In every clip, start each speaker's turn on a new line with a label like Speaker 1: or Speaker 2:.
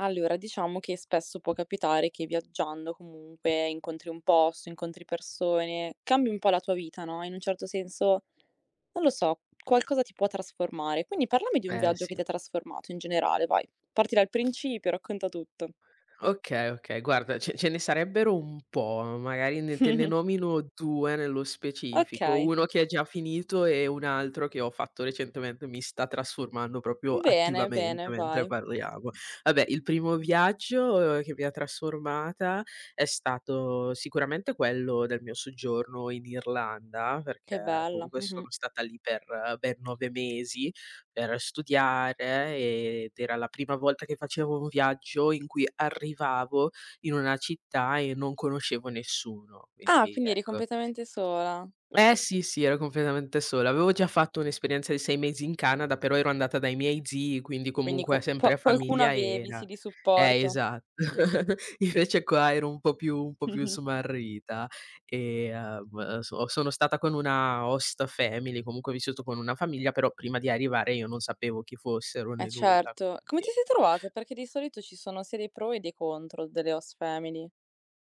Speaker 1: Allora, diciamo che spesso può capitare che viaggiando comunque incontri un posto, incontri persone, cambi un po' la tua vita, no, in un certo senso, non lo so, qualcosa ti può trasformare. Quindi parlami di un
Speaker 2: Eh
Speaker 1: viaggio che
Speaker 2: sì.
Speaker 1: ti ha trasformato in generale, vai. Parti dal principio, racconta tutto.
Speaker 2: Okay, okay, guarda ce ne sarebbero un po', magari ne te ne nomino 2 nello specifico,
Speaker 1: Okay,
Speaker 2: uno che è già finito e un altro che ho fatto recentemente, mi sta trasformando proprio attivamente
Speaker 1: bene,
Speaker 2: mentre
Speaker 1: vai.
Speaker 2: parliamo. Vabbè, il primo viaggio che mi ha trasformata è stato sicuramente quello del mio soggiorno in Irlanda,
Speaker 1: Che
Speaker 2: perché
Speaker 1: bella.
Speaker 2: comunque
Speaker 1: Mh-mh.
Speaker 2: sono stata lì per ben 9 mesi per studiare ed era la prima volta che facevo un viaggio in cui arrivavo in una città e non conoscevo nessuno,
Speaker 1: Ah,
Speaker 2: quindi
Speaker 1: quindi eri
Speaker 2: ecco.
Speaker 1: completamente sola.
Speaker 2: Eh sì, sì, ero completamente sola. Avevo già fatto un'esperienza di 6 mesi in Canada, però ero andata dai miei zii, quindi
Speaker 1: Quindi
Speaker 2: comunque
Speaker 1: co
Speaker 2: sempre a
Speaker 1: qua qualcuno
Speaker 2: famiglia
Speaker 1: avevi, sì,
Speaker 2: era
Speaker 1: di supporto.
Speaker 2: esatto. Invece qua ero un po' più smarrita e, sono stata con una host family, comunque ho vissuto con una famiglia, però prima di arrivare io non sapevo chi fossero
Speaker 1: Eh
Speaker 2: né nulla,
Speaker 1: certo. Come
Speaker 2: quindi
Speaker 1: ti sei
Speaker 2: ecco.
Speaker 1: trovata? Perché di solito ci sono sia dei pro e dei contro delle host family.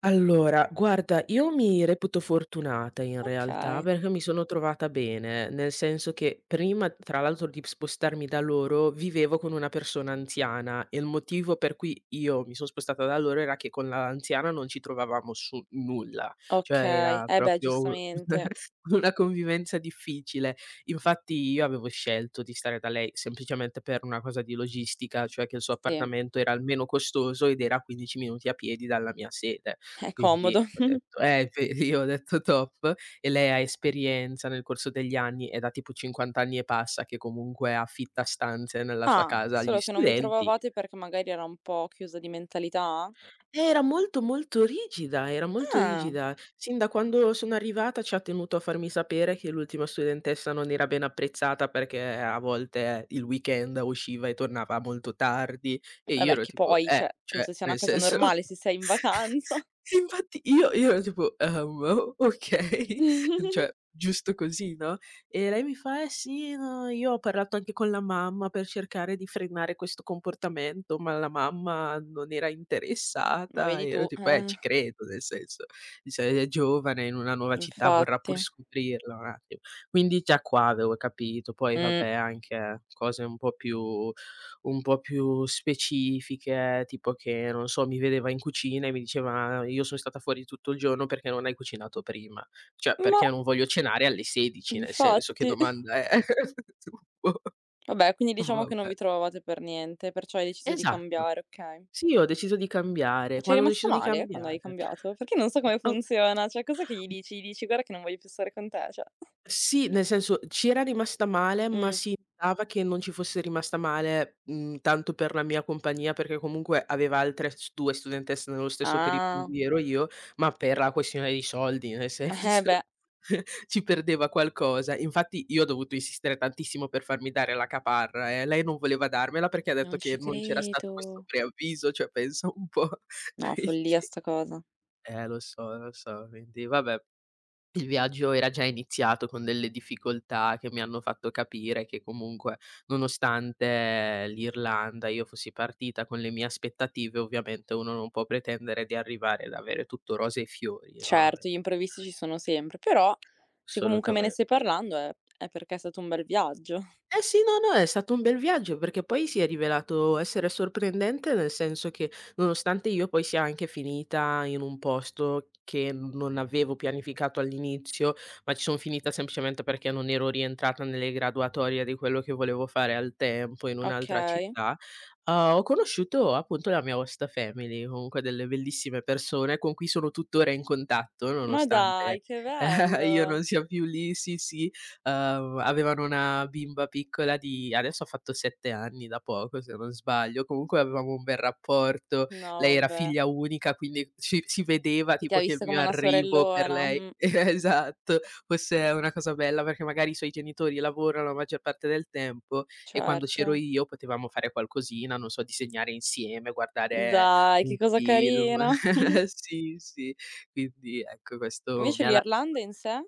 Speaker 2: Allora, guarda, io mi reputo fortunata in realtà,
Speaker 1: Okay,
Speaker 2: perché mi sono trovata bene, nel senso che prima, tra l'altro, di spostarmi da loro, vivevo con una persona anziana e il motivo per cui io mi sono spostata da loro era che con l'anziana non ci trovavamo su nulla, cioè
Speaker 1: okay.
Speaker 2: era
Speaker 1: Eh beh,
Speaker 2: proprio u
Speaker 1: giustamente.
Speaker 2: una convivenza difficile. Infatti io avevo scelto di stare da lei semplicemente per una cosa di logistica, cioè che il suo
Speaker 1: Sì,
Speaker 2: appartamento era il meno costoso ed era a 15 minuti a piedi dalla mia sede.
Speaker 1: è
Speaker 2: Quindi
Speaker 1: comodo.
Speaker 2: ho detto inf io ho detto: "Top". E lei ha esperienza nel corso degli anni, è da tipo 50 anni e passa che comunque affitta stanze nella sua
Speaker 1: Ah,
Speaker 2: casa agli
Speaker 1: solo che non vi
Speaker 2: studenti
Speaker 1: trovavate perché magari era un po' chiusa di mentalità?
Speaker 2: era molto, molto rigida, era molto
Speaker 1: Ah,
Speaker 2: rigida. Sin da quando sono arrivata ci ha tenuto a farmi sapere che l'ultima studentessa non era ben apprezzata perché a volte il weekend usciva e tornava molto tardi e io
Speaker 1: vabbè
Speaker 2: ero
Speaker 1: che
Speaker 2: tipo:
Speaker 1: poi, cioè,
Speaker 2: Cioè
Speaker 1: penso sia una
Speaker 2: nel
Speaker 1: cosa
Speaker 2: senso"
Speaker 1: normale se sei in vacanza.
Speaker 2: Infatti io ero tipo: "O okay, cioè giusto così, no?" E lei mi fa: "Eh sì, no, io ho parlato anche con la mamma per cercare di frenare questo comportamento, ma la mamma non era
Speaker 1: Ma
Speaker 2: interessata."
Speaker 1: vedi
Speaker 2: E
Speaker 1: tu,
Speaker 2: io tipo: ci credo, nel senso, dice è giovane, in una nuova città, vorrà pur
Speaker 1: infatti.
Speaker 2: scoprirla un attimo." Quindi già qua avevo capito, poi
Speaker 1: Mh.
Speaker 2: vabbè anche cose un po' più specifiche, tipo che, non so, mi vedeva in cucina e mi diceva: "Io son stata fuori tutto il giorno perché non hai cucinato prima." Cioè,
Speaker 1: Ma
Speaker 2: perché non voglio cenare alle 16:00, nel senso, che
Speaker 1: infatti.
Speaker 2: domanda è?
Speaker 1: Vabbè, quindi
Speaker 2: Boh,
Speaker 1: diciamo che non
Speaker 2: vabbè.
Speaker 1: vi trovavate per niente, perciò hai deciso di
Speaker 2: Esatto.
Speaker 1: cambiare, okay.
Speaker 2: Sì, ho deciso di
Speaker 1: Ma
Speaker 2: cambiare.
Speaker 1: c'è
Speaker 2: Quando ho
Speaker 1: rimasta
Speaker 2: deciso di
Speaker 1: male quando hai
Speaker 2: cambiare,
Speaker 1: cambiato? Perché non so come
Speaker 2: ho
Speaker 1: funziona, cioè cos'è che gli dici? Gli dici: "Guarda che non voglio più stare con te", cioè
Speaker 2: Sì, nel senso ci era rimasta male, ma
Speaker 1: mh.
Speaker 2: si notava che non ci fosse rimasta male, tanto per la mia compagnia, perché comunque aveva altre s 2 studentesse nello stesso periodo in
Speaker 1: Ah.
Speaker 2: cui ero io, ma per la questione dei soldi, nel
Speaker 1: Eh
Speaker 2: senso
Speaker 1: beh,
Speaker 2: ci perdeva qualcosa. Infatti io ho dovuto insistere tantissimo per farmi dare la caparra, lei non voleva darmela perché ha detto
Speaker 1: non
Speaker 2: che
Speaker 1: ci
Speaker 2: non c'era stato questo
Speaker 1: credo.
Speaker 2: preavviso, cioè pensa un po'.
Speaker 1: No,
Speaker 2: Quindi
Speaker 1: follia sta cosa.
Speaker 2: lo so, quindi vabbè. Il viaggio era già iniziato con delle difficoltà che mi hanno fatto capire che comunque, nonostante l'Irlanda, io fossi partita con le mie aspettative, ovviamente uno non può pretendere di arrivare ad avere tutto rose e fiori, no,
Speaker 1: Certo, gli imprevisti ci sono sempre, però se comunque me ne
Speaker 2: assolutamente.
Speaker 1: stai parlando è perché è stato un bel viaggio.
Speaker 2: Eh sì, no, no, è stato un bel viaggio perché poi si è rivelato essere sorprendente, nel senso che nonostante io poi sia anche finita in un posto che non avevo pianificato all'inizio, ma ci son finita semplicemente perché non ero rientrata nelle graduatorie di quello che volevo fare al tempo in un'altra
Speaker 1: Okay.
Speaker 2: città, ho conosciuto appunto la mia host family, comunque delle bellissime persone con cui sono tuttora in contatto
Speaker 1: Ma
Speaker 2: nonostante
Speaker 1: dai, che
Speaker 2: eh, io
Speaker 1: bello.
Speaker 2: non sia più lì, sì, sì avevano una bimba piccola di adesso ha fatto 7 anni da poco se non sbaglio, comunque avevamo un bel rapporto, lei
Speaker 1: No,
Speaker 2: era
Speaker 1: vabbè.
Speaker 2: figlia unica quindi si vedeva
Speaker 1: Chi ti
Speaker 2: tipo
Speaker 1: ha
Speaker 2: che il
Speaker 1: vista
Speaker 2: mio
Speaker 1: come una
Speaker 2: arrivo per
Speaker 1: sorellona,
Speaker 2: lei esatto, fosse una cosa bella perché magari i suoi genitori lavorano la maggior parte del tempo e quando c'ero
Speaker 1: certo.
Speaker 2: io potevamo fare qualcosina, non so, disegnare insieme, guardare
Speaker 1: Dai,
Speaker 2: un
Speaker 1: che cosa
Speaker 2: film
Speaker 1: carina.
Speaker 2: sì, sì, quindi ecco questo mi
Speaker 1: Invece
Speaker 2: ha la
Speaker 1: l'Irlanda in sé?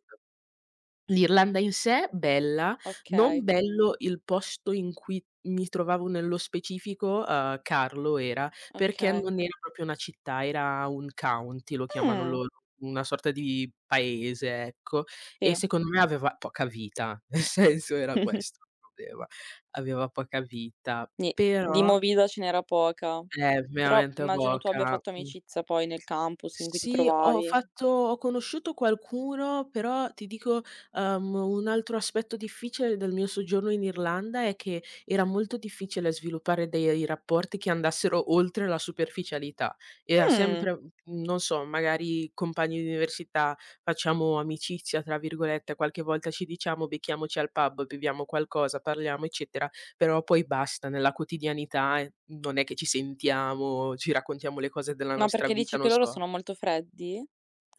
Speaker 2: L'Irlanda in sé bella, non
Speaker 1: Okay.
Speaker 2: bello il posto in cui mi trovavo nello specifico, Carlo era, perché
Speaker 1: Okay.
Speaker 2: non era proprio una città, era un county, lo chiamano
Speaker 1: Mh.
Speaker 2: loro, una sorta di paese, ecco, e
Speaker 1: Sì.
Speaker 2: secondo me aveva poca vita, nel senso era questo il problema, aveva poca vita,
Speaker 1: Ni di
Speaker 2: però
Speaker 1: movida ce n'era poca. Però
Speaker 2: veramente
Speaker 1: immagino tu abbia
Speaker 2: poca.
Speaker 1: fatto
Speaker 2: Mh.
Speaker 1: amicizia poi nel campus in cui ti
Speaker 2: Sì, ho
Speaker 1: trovavi.
Speaker 2: fatto ho conosciuto qualcuno, però ti dico, un altro aspetto difficile del mio soggiorno in Irlanda è che era molto difficile sviluppare dei rapporti che andassero oltre la superficialità. Era
Speaker 1: Mh.
Speaker 2: sempre, non so, magari compagni di università, facciamo "amicizia" tra virgolette, qualche volta ci diciamo, becchiamoci al pub, beviamo qualcosa, parliamo, eccetera, però poi basta, nella quotidianità, non è che ci sentiamo, ci raccontiamo le cose della
Speaker 1: Ma
Speaker 2: nostra
Speaker 1: perché
Speaker 2: vita,
Speaker 1: dici
Speaker 2: non
Speaker 1: che loro
Speaker 2: so.
Speaker 1: sono molto freddi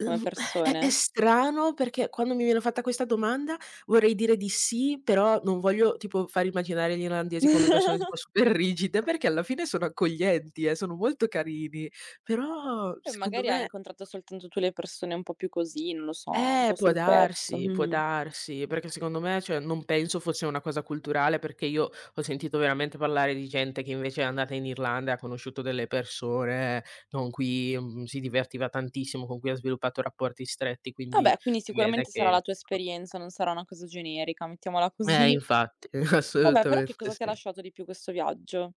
Speaker 1: come
Speaker 2: è
Speaker 1: persone?
Speaker 2: strano perché quando mi viene fatta questa domanda vorrei dire di sì, però non voglio tipo far immaginare gli irlandesi come persone tipo super rigide, perché alla fine sono accoglienti, sono molto carini, però
Speaker 1: E
Speaker 2: secondo
Speaker 1: magari hai
Speaker 2: me
Speaker 1: incontrato soltanto tu le persone un po' più così, non lo so, un po' sul pezzo.
Speaker 2: può
Speaker 1: Mh-mh.
Speaker 2: darsi, perché secondo me, cioè, non penso fosse una cosa culturale, perché io ho sentito veramente parlare di gente che invece è andata in Irlanda e ha conosciuto delle persone con cui, si divertiva tantissimo, con cui ha sviluppato rapporti stretti, quindi
Speaker 1: Vabbè, quindi
Speaker 2: si vede
Speaker 1: sicuramente sarà
Speaker 2: che
Speaker 1: la tua esperienza, non sarà una cosa generica, mettiamola
Speaker 2: eh
Speaker 1: così.
Speaker 2: infatti,
Speaker 1: Vabbè, però che
Speaker 2: assolutamente
Speaker 1: cosa ti ha
Speaker 2: sì.
Speaker 1: lasciato di più questo viaggio?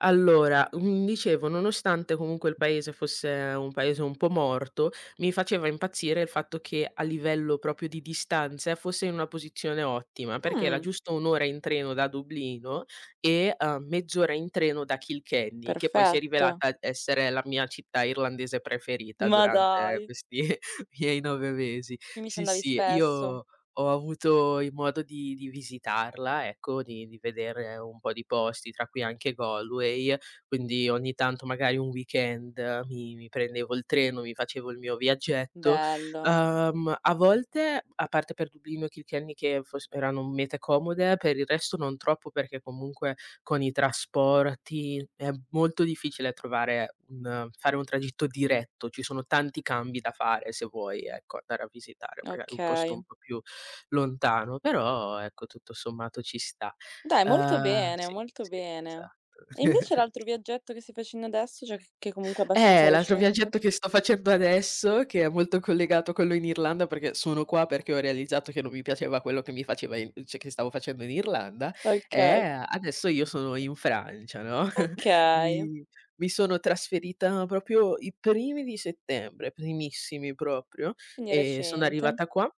Speaker 2: Allora, dicevo, nonostante comunque il paese fosse un paese un po' morto, mi faceva impazzire il fatto che a livello proprio di distanze fosse in una posizione ottima, perché era
Speaker 1: Mh.
Speaker 2: giusto 1 ora in treno da Dublino e, mezz'ora in treno da Kilkenny, che poi si è
Speaker 1: Perfetto.
Speaker 2: rivelata essere la mia città irlandese preferita
Speaker 1: Ma
Speaker 2: durante
Speaker 1: dai,
Speaker 2: questi miei 9 mesi.
Speaker 1: quindi ci
Speaker 2: Sì,
Speaker 1: andavi
Speaker 2: sì,
Speaker 1: spesso?
Speaker 2: io ho avuto il modo di visitarla, ecco, di vedere un po' di posti, tra cui anche Galway, quindi ogni tanto magari un weekend mi prendevo il treno, mi facevo il mio viaggetto.
Speaker 1: Bello,
Speaker 2: A volte, a parte per Dublino e Kilkenny che fos erano mete comode, per il resto non troppo perché comunque con i trasporti è molto difficile trovare un fare un tragitto diretto, ci sono tanti cambi da fare se vuoi, ecco, andare a visitare magari un posto
Speaker 1: okay.
Speaker 2: un po' più lontano, però ecco tutto sommato ci sta.
Speaker 1: Dai,
Speaker 2: Sì,
Speaker 1: molto
Speaker 2: sì,
Speaker 1: bene.
Speaker 2: esatto.
Speaker 1: E invece l'altro viaggetto che stai facendo adesso, cioè che comunque è abbastanza
Speaker 2: L'altro
Speaker 1: recente?
Speaker 2: viaggetto che sto facendo adesso, che è molto collegato a quello in Irlanda, perché sono qua perché ho realizzato che non mi piaceva quello che mi faceva in cioè che stavo facendo in Irlanda,
Speaker 1: Okay,
Speaker 2: è adesso io sono in Francia, no,
Speaker 1: okay,
Speaker 2: mi mi sono trasferita proprio i primi di settembre, primissimi proprio,
Speaker 1: quindi
Speaker 2: e sono
Speaker 1: recente.
Speaker 2: arrivata qua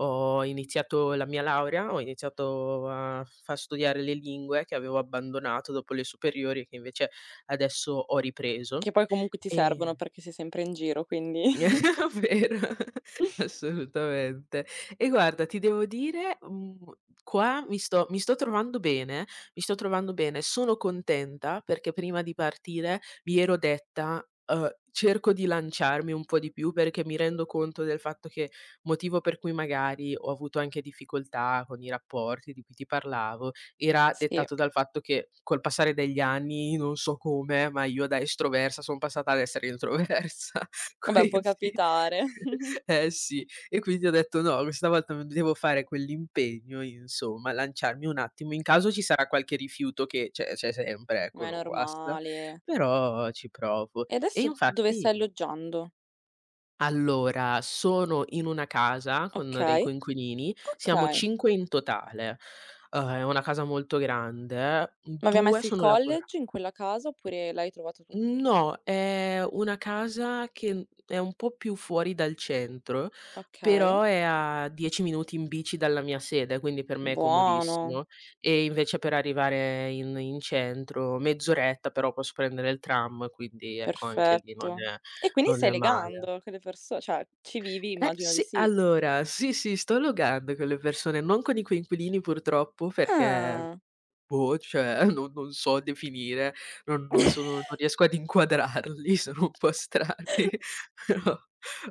Speaker 2: ho iniziato la mia laurea, ho iniziato a far studiare le lingue che avevo abbandonato dopo le superiori, che invece adesso ho ripreso,
Speaker 1: Che poi comunque ti servono
Speaker 2: e
Speaker 1: perché sei sempre in giro, quindi
Speaker 2: vero, assolutamente. E guarda, ti devo dire, qua mi sto trovando bene, mi sto trovando bene. Sono contenta perché prima di partire mi ero detta, "Cerco di lanciarmi un po' di più", perché mi rendo conto del fatto che motivo per cui magari ho avuto anche difficoltà con i rapporti di cui ti parlavo, era
Speaker 1: sì.
Speaker 2: dettato dal fatto che col passare degli anni, non so come, ma io da estroversa son passata ad essere introversa.
Speaker 1: Vabbè, può
Speaker 2: Quindi
Speaker 1: capitare,
Speaker 2: eh sì, e quindi ho detto: "No, questa volta non devo fare quell'impegno, insomma, lanciarmi un attimo, in caso ci sarà qualche rifiuto che c'è sempre, ecco,
Speaker 1: ma è
Speaker 2: non guasta,
Speaker 1: normale.
Speaker 2: però ci provo".
Speaker 1: E
Speaker 2: E
Speaker 1: adesso dove
Speaker 2: infatti
Speaker 1: stai alloggiando?
Speaker 2: allora, sono in una casa con dei
Speaker 1: Okay,
Speaker 2: coinquilini, siamo
Speaker 1: okay.
Speaker 2: 5 in totale, è una casa molto grande,
Speaker 1: Ma vi ha
Speaker 2: 2
Speaker 1: messo il
Speaker 2: sono lavora
Speaker 1: college in quella casa oppure l'hai trovato tu?
Speaker 2: No, è una casa che, è un po' più fuori dal centro,
Speaker 1: Okay.
Speaker 2: però è a 10 minuti in bici dalla mia sede, quindi per me è
Speaker 1: Buono,
Speaker 2: comodissimo. E invece per arrivare in centro mezz'oretta, però posso prendere il tram, quindi ecco anche lì
Speaker 1: perfetto. E quindi
Speaker 2: non
Speaker 1: stai
Speaker 2: è male.
Speaker 1: legando con le perso cioè ci vivi,
Speaker 2: Eh
Speaker 1: immagino di
Speaker 2: sì,
Speaker 1: sì.
Speaker 2: allora sì, sì, sto allogando con le persone, non con i coinquilini purtroppo perché
Speaker 1: Ah.
Speaker 2: Boh, cioè non so definire, non riesco ad inquadrarli, sono un po' strani, però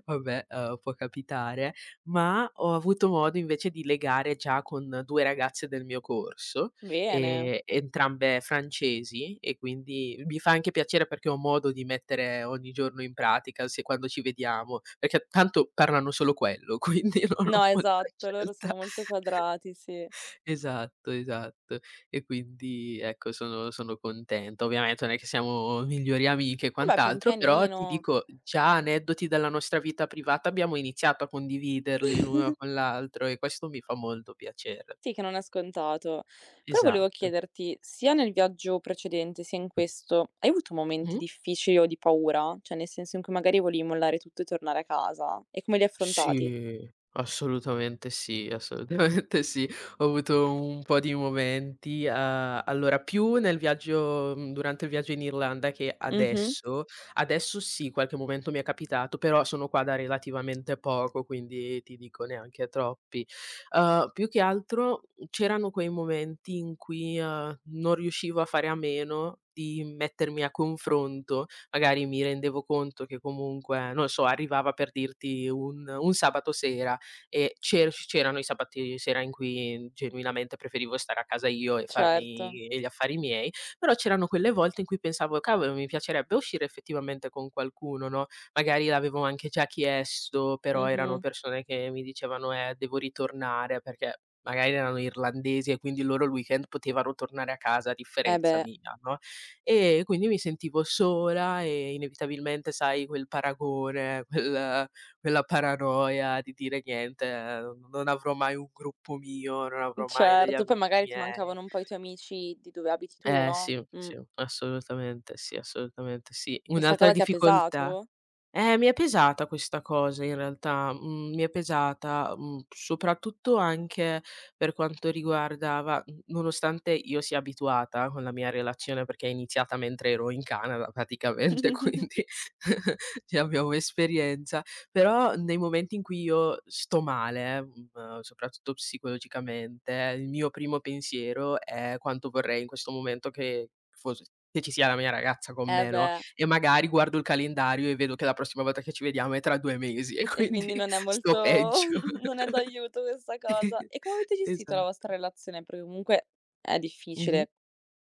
Speaker 2: vabbè, può capitare. Ma ho avuto modo invece di legare già con 2 ragazze del mio corso,
Speaker 1: Bene.
Speaker 2: entrambe francesi e quindi mi fa anche piacere perché ho modo di mettere ogni giorno in pratica se quando ci vediamo, perché tanto parlano solo quello, quindi non ho
Speaker 1: No,
Speaker 2: molta
Speaker 1: esatto, loro
Speaker 2: scelta.
Speaker 1: sono molto quadrati, sì.
Speaker 2: Esatto, esatto. E quindi ecco sono contento. Ovviamente non è che siamo migliori amiche e
Speaker 1: Vabbè, pian
Speaker 2: quant'altro, però ti
Speaker 1: pianino.
Speaker 2: dico già aneddoti della nostra vita privata abbiamo iniziato a condividerli l'uno con l'altro e questo mi fa molto piacere.
Speaker 1: Sì, che non è scontato. Però volevo
Speaker 2: Esatto.
Speaker 1: chiederti, sia nel viaggio precedente, sia in questo, hai avuto momenti
Speaker 2: Mh-mh.
Speaker 1: difficili o di paura? Cioè nel senso in cui magari volevi mollare tutto e tornare a casa? E come li hai affrontati?
Speaker 2: Sì, sì, assolutamente sì. Ho avuto un po' di momenti, allora più nel viaggio durante il viaggio in Irlanda che
Speaker 1: Mh-mh,
Speaker 2: adesso. Adesso sì, qualche momento mi è capitato, però sono qua da relativamente poco, quindi ti dico neanche troppi. Più che altro c'erano quei momenti in cui, non riuscivo a fare a meno di mettermi a confronto, magari mi rendevo conto che comunque, non lo so, arrivava per dirti un sabato sera e c'erano i sabati sera in cui genuinamente preferivo stare a casa io e
Speaker 1: certo.
Speaker 2: farmi gli affari miei, però c'erano quelle volte in cui pensavo: "Cavolo, mi piacerebbe uscire effettivamente con qualcuno", no, magari l'avevo anche già chiesto, però erano
Speaker 1: Mh-mh.
Speaker 2: persone che mi dicevano: devo ritornare", perché magari erano irlandesi e quindi loro il weekend potevano tornare a casa a
Speaker 1: Eh
Speaker 2: differenza
Speaker 1: beh.
Speaker 2: mia, no? E quindi mi sentivo sola e inevitabilmente, sai, quel paragone, quella paranoia di dire: "Niente, n non avrò mai un gruppo mio, non avrò mai degli
Speaker 1: Certo, poi
Speaker 2: amici
Speaker 1: magari ti
Speaker 2: miei".
Speaker 1: mancavano un po' i tuoi amici di dove abiti tu,
Speaker 2: Eh
Speaker 1: no,
Speaker 2: sì, sì, assolutamente sì, assolutamente sì.
Speaker 1: e 'sta
Speaker 2: Un'altra
Speaker 1: cosa ti ha
Speaker 2: difficoltà
Speaker 1: pesato?
Speaker 2: mi è pesata questa cosa in realtà, mi è pesata, soprattutto anche per quanto riguardava n nonostante io sia abituata con la mia relazione, perché è iniziata mentre ero in Canada praticamente, quindi ci abbiamo esperienza, però nei momenti in cui io sto male, soprattutto psicologicamente, il mio primo pensiero è: "Quanto vorrei in questo momento che fos che ci sia la mia ragazza con
Speaker 1: Eh
Speaker 2: me", no?
Speaker 1: beh,
Speaker 2: E magari guardo il calendario e vedo che la prossima volta che ci vediamo è tra 2 mesi e
Speaker 1: e quindi
Speaker 2: quindi
Speaker 1: non è
Speaker 2: sto
Speaker 1: molto
Speaker 2: peggio.
Speaker 1: non è d'aiuto questa cosa. E come avete gestito la vostra
Speaker 2: Esatto.
Speaker 1: relazione? Perché comunque è
Speaker 2: Mh-mh.
Speaker 1: difficile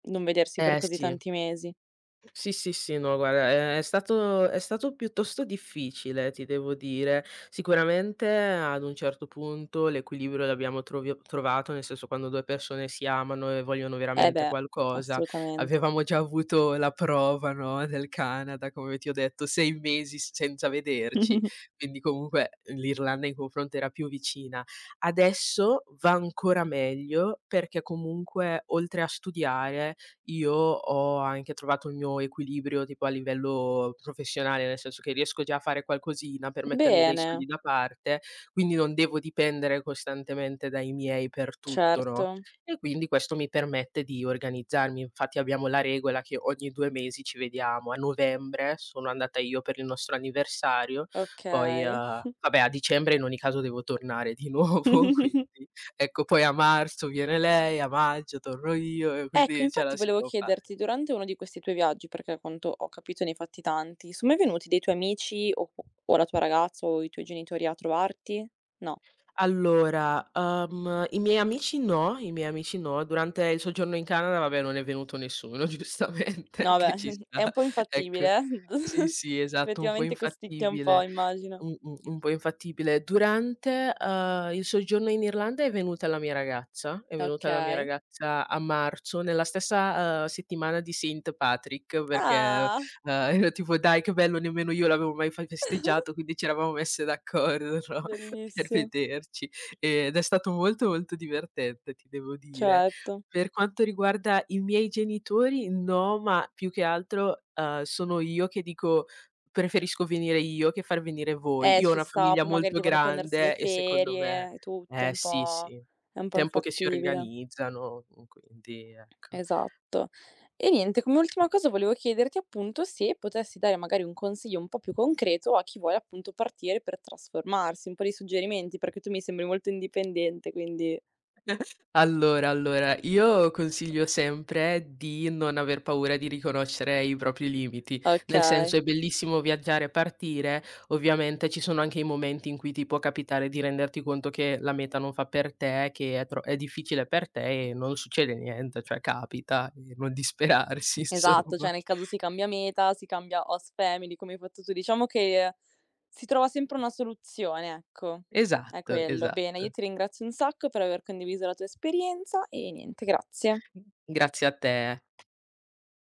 Speaker 1: non vedersi per
Speaker 2: Eh
Speaker 1: così
Speaker 2: sì.
Speaker 1: tanti mesi.
Speaker 2: Sì, sì, sì, no guarda è stato piuttosto difficile, ti devo dire. Sicuramente ad un certo punto l'equilibrio l'abbiamo trovio trovato, nel senso quando 2 persone si amano e vogliono
Speaker 1: Eh
Speaker 2: veramente
Speaker 1: beh,
Speaker 2: qualcosa,
Speaker 1: assolutamente.
Speaker 2: avevamo già avuto la prova, no, del Canada, come ti ho detto, 6 mesi s senza vederci, quindi comunque l'Irlanda in confronto era più vicina. Adesso va ancora meglio perché comunque oltre a studiare io ho anche trovato il mio equilibrio tipo a livello professionale, nel senso che riesco già a fare qualcosina per mettermi dei soldi
Speaker 1: Bene,
Speaker 2: da parte, quindi non devo dipendere costantemente dai miei per tutto,
Speaker 1: certo,
Speaker 2: no, e quindi questo mi permette di organizzarmi. Infatti abbiamo la regola che ogni 2 mesi ci vediamo. A novembre sono andata io per il nostro anniversario, poi,
Speaker 1: okay.
Speaker 2: vabbè a dicembre in ogni caso devo tornare di nuovo, quindi ecco, poi a marzo viene lei, a maggio torno io e
Speaker 1: Ecco,
Speaker 2: quindi ce la
Speaker 1: infatti
Speaker 2: si
Speaker 1: volevo
Speaker 2: può
Speaker 1: chiederti,
Speaker 2: fare.
Speaker 1: durante uno di questi tuoi viaggi, perché a quanto ho capito ne hai fatti tanti, son mai venuti dei tuoi amici o la tua ragazza o i tuoi genitori a trovarti? No.
Speaker 2: Allora, i miei amici no, i miei amici no. Durante il soggiorno in Canada, vabbè, non è venuto nessuno giustamente,
Speaker 1: No beh,
Speaker 2: che ci
Speaker 1: è
Speaker 2: sta.
Speaker 1: un po'
Speaker 2: Ecco.
Speaker 1: infattibile.
Speaker 2: Sì, sì, esatto, un po'
Speaker 1: Effettivamente costicchia un po',
Speaker 2: infattibile.
Speaker 1: immagino.
Speaker 2: Mh-mh, un po' infattibile. Durante, il soggiorno in Irlanda è venuta la mia ragazza, è venuta la mia
Speaker 1: Okay.
Speaker 2: ragazza a marzo, nella stessa, settimana di Saint Patrick perché,
Speaker 1: Ah,
Speaker 2: ero tipo: "Dai che bello, nemmeno io l'avevo mai fa festeggiato", quindi ci eravamo messe d'accordo, no, per
Speaker 1: bellissimo.
Speaker 2: vederci. Ed è stato molto, molto divertente, ti devo dire.
Speaker 1: Certo.
Speaker 2: Per quanto riguarda i miei genitori no, ma più che altro, sono io che dico preferisco venire io che far venire voi. Io ho
Speaker 1: Ci
Speaker 2: una
Speaker 1: sta,
Speaker 2: famiglia
Speaker 1: poi magari
Speaker 2: molto
Speaker 1: devono prendersi le
Speaker 2: grande e secondo me
Speaker 1: ferie e tutto,
Speaker 2: eh sì, sì,
Speaker 1: è un po'
Speaker 2: tempo che si
Speaker 1: infattibile.
Speaker 2: organizzano, quindi ecco.
Speaker 1: Esatto. E niente, come ultima cosa volevo chiederti appunto se potessi dare magari un consiglio un po' più concreto a chi vuole appunto partire per trasformarsi, un po' di suggerimenti, perché tu mi sembri molto indipendente, quindi
Speaker 2: Allora, allora, io consiglio sempre di non aver paura di riconoscere i propri limiti, nel senso
Speaker 1: okay.
Speaker 2: è bellissimo viaggiare e partire, ovviamente ci sono anche i momenti in cui ti può capitare di renderti conto che la meta non fa per te, che è, è difficile per te e non succede niente, cioè capita, e non disperarsi,
Speaker 1: Esatto,
Speaker 2: insomma.
Speaker 1: cioè nel caso si cambia meta, si cambia host family, come hai fatto tu, diciamo che si trova sempre una soluzione, ecco. È
Speaker 2: Esatto,
Speaker 1: quello. Bene, io
Speaker 2: esatto.
Speaker 1: ti ringrazio un sacco per aver condiviso la tua esperienza e niente, grazie.
Speaker 2: Grazie a te.